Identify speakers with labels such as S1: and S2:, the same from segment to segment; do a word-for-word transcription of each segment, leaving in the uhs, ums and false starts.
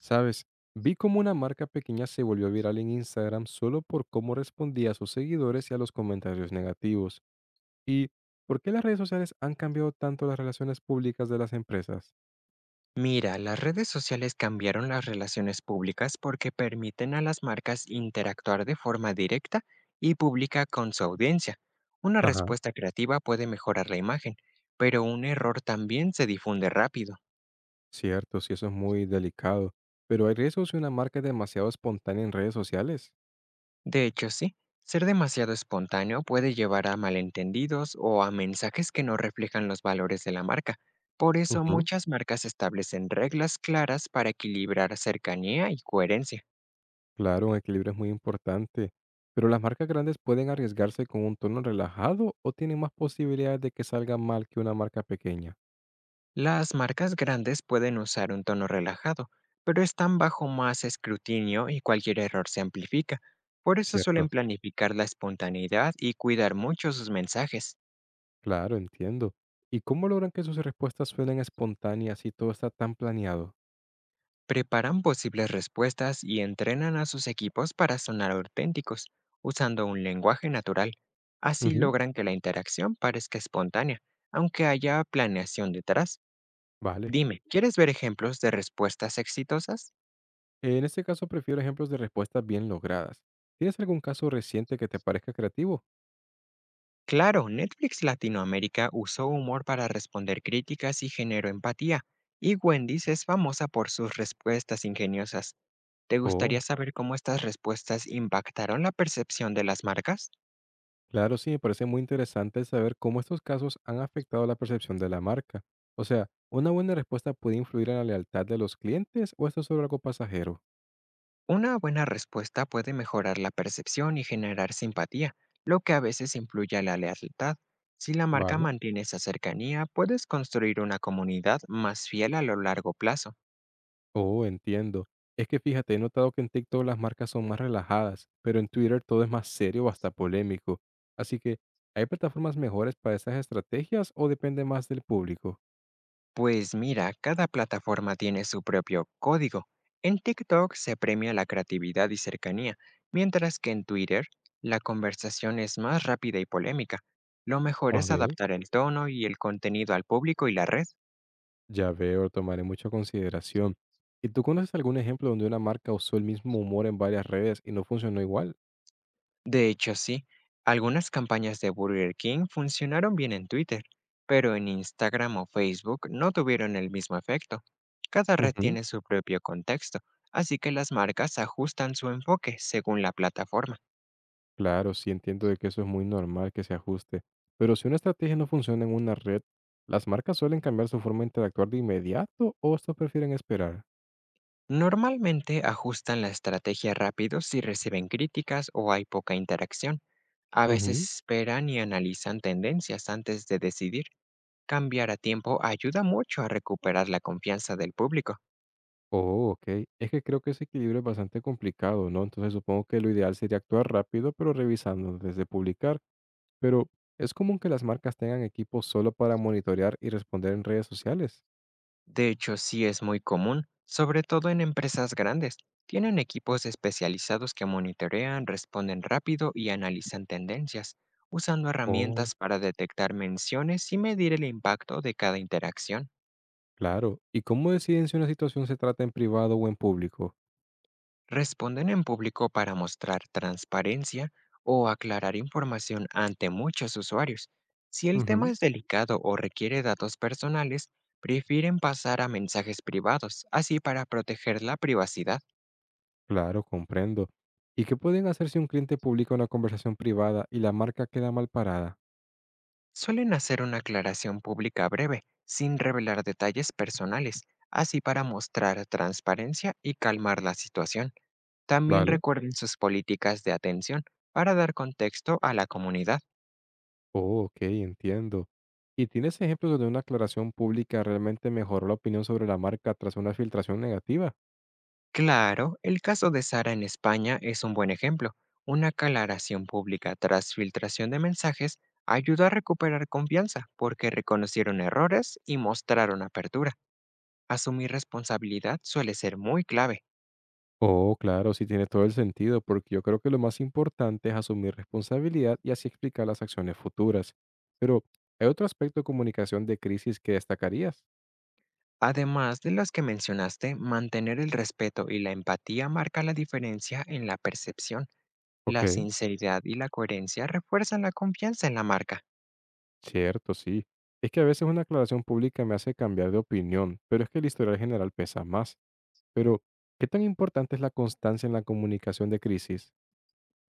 S1: ¿Sabes? Vi cómo una marca pequeña se volvió viral en Instagram solo por cómo respondía a sus seguidores y a los comentarios negativos. ¿Y por qué las redes sociales han cambiado tanto las relaciones públicas de las empresas?
S2: Mira, las redes sociales cambiaron las relaciones públicas porque permiten a las marcas interactuar de forma directa y pública con su audiencia. Una
S1: Ajá.
S2: respuesta creativa puede mejorar la imagen, pero un error también se difunde rápido.
S1: Cierto, sí, eso es muy delicado. Pero hay riesgos si una marca es demasiado espontánea en redes sociales.
S2: De hecho, sí, ser demasiado espontáneo puede llevar a malentendidos o a mensajes que no reflejan los valores de la marca. Por eso
S1: Ujú.
S2: muchas marcas establecen reglas claras para equilibrar cercanía y coherencia.
S1: Claro, un equilibrio es muy importante. Pero las marcas grandes pueden arriesgarse con un tono relajado o tienen más posibilidades de que salga mal que una marca pequeña.
S2: Las marcas grandes pueden usar un tono relajado, pero están bajo más escrutinio y cualquier error se amplifica. Por eso
S1: Cierto.
S2: suelen planificar la espontaneidad y cuidar mucho sus mensajes.
S1: Claro, entiendo. ¿Y cómo logran que sus respuestas suenen espontáneas y todo está tan planeado?
S2: Preparan posibles respuestas y entrenan a sus equipos para sonar auténticos, usando un lenguaje natural. Así
S1: Ujú.
S2: logran que la interacción parezca espontánea, aunque haya planeación detrás.
S1: Vale.
S2: Dime, ¿quieres ver ejemplos de respuestas exitosas?
S1: En este caso prefiero ejemplos de respuestas bien logradas. ¿Tienes algún caso reciente que te parezca creativo?
S2: Claro, Netflix Latinoamérica usó humor para responder críticas y generó empatía, y Wendy's es famosa por sus respuestas ingeniosas. ¿Te gustaría
S1: Oh,
S2: saber cómo estas respuestas impactaron la percepción de las marcas?
S1: claro, sí, me parece muy interesante saber cómo estos casos han afectado la percepción de la marca. O sea, ¿una buena respuesta puede influir en la lealtad de los clientes o esto es solo algo pasajero?
S2: Una buena respuesta puede mejorar la percepción y generar simpatía, lo que a veces influye a la lealtad. Si la marca
S1: Vale.
S2: mantiene esa cercanía, puedes construir una comunidad más fiel a lo largo plazo.
S1: Oh, entiendo. Es que fíjate, he notado que en TikTok las marcas son más relajadas, pero en Twitter todo es más serio o hasta polémico. Así que, ¿hay plataformas mejores para estas estrategias o depende más del público?
S2: Pues mira, cada plataforma tiene su propio código. En TikTok se premia la creatividad y cercanía, mientras que en Twitter la conversación es más rápida y polémica. Lo mejor
S1: Ok.
S2: es adaptar el tono y el contenido al público y la red.
S1: Ya veo, lo tomaré mucha consideración. ¿Y tú conoces algún ejemplo donde una marca usó el mismo humor en varias redes y no funcionó igual?
S2: De hecho, sí, algunas campañas de Burger King funcionaron bien en Twitter, pero en Instagram o Facebook no tuvieron el mismo efecto. Cada red
S1: Ujú.
S2: tiene su propio contexto, así que las marcas ajustan su enfoque según la plataforma.
S1: Claro, sí, entiendo de que eso es muy normal que se ajuste, pero si una estrategia no funciona en una red, ¿las marcas suelen cambiar su forma de interactuar de inmediato o hasta prefieren esperar?
S2: Normalmente ajustan la estrategia rápido si reciben críticas o hay poca interacción. A
S1: Ujú.
S2: veces esperan y analizan tendencias antes de decidir. Cambiar a tiempo ayuda mucho a recuperar la confianza del público.
S1: Oh, okey. Es que creo que ese equilibrio es bastante complicado, ¿no? Entonces, supongo que lo ideal sería actuar rápido, pero revisando desde publicar. Pero, ¿es común que las marcas tengan equipos solo para monitorear y responder en redes sociales?
S2: De hecho, sí es muy común, sobre todo en empresas grandes. Tienen equipos especializados que monitorean, responden rápido y analizan tendencias, usando
S1: Oh,
S2: herramientas para detectar menciones y medir el impacto de cada interacción.
S1: claro. ¿Y cómo deciden si una situación se trata en privado o en público?
S2: Responden en público para mostrar transparencia o aclarar información ante muchos usuarios. Si el tema
S1: Ujú.
S2: es delicado o requiere datos personales, prefieren pasar a mensajes privados, así para proteger la privacidad.
S1: Claro, comprendo. ¿Y qué pueden hacer si un cliente publica una conversación privada y la marca queda mal parada?
S2: Suelen hacer una aclaración pública breve, sin revelar detalles personales, así para mostrar transparencia y calmar la situación. También
S1: Vale.
S2: recuerden sus políticas de atención para dar contexto a la comunidad.
S1: Oh, okey, entiendo. ¿Y tienes ejemplos donde una aclaración pública realmente mejoró la opinión sobre la marca tras una filtración negativa?
S2: Claro, el caso de Sara en España es un buen ejemplo. Una aclaración pública tras filtración de mensajes ayudó a recuperar confianza porque reconocieron errores y mostraron apertura. Asumir responsabilidad suele ser muy clave.
S1: Oh, claro, sí tiene todo el sentido, porque yo creo que lo más importante es asumir responsabilidad y así explicar las acciones futuras. Pero, ¿hay otro aspecto de comunicación de crisis que destacarías?
S2: Además de las que mencionaste, mantener el respeto y la empatía marca la diferencia en la percepción.
S1: Ok,
S2: La sinceridad y la coherencia refuerzan la confianza en la marca.
S1: cierto, sí. Es que a veces una aclaración pública me hace cambiar de opinión, pero es que el historial general pesa más. Pero, ¿qué tan importante es la constancia en la comunicación de crisis?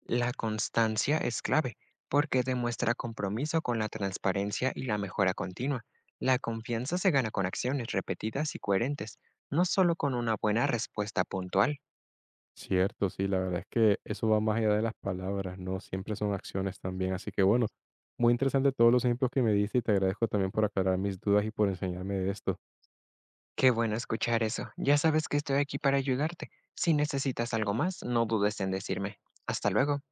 S2: La constancia es clave porque demuestra compromiso con la transparencia y la mejora continua. La confianza se gana con acciones repetidas y coherentes, no solo con una buena respuesta puntual.
S1: Cierto, sí, la verdad es que eso va más allá de las palabras, ¿no? Siempre son acciones también. Así que bueno, muy interesante todos los ejemplos que me diste y te agradezco también por aclarar mis dudas y por enseñarme de esto.
S2: Qué bueno escuchar eso. Ya sabes que estoy aquí para ayudarte. Si necesitas algo más, no dudes en decirme. Hasta luego.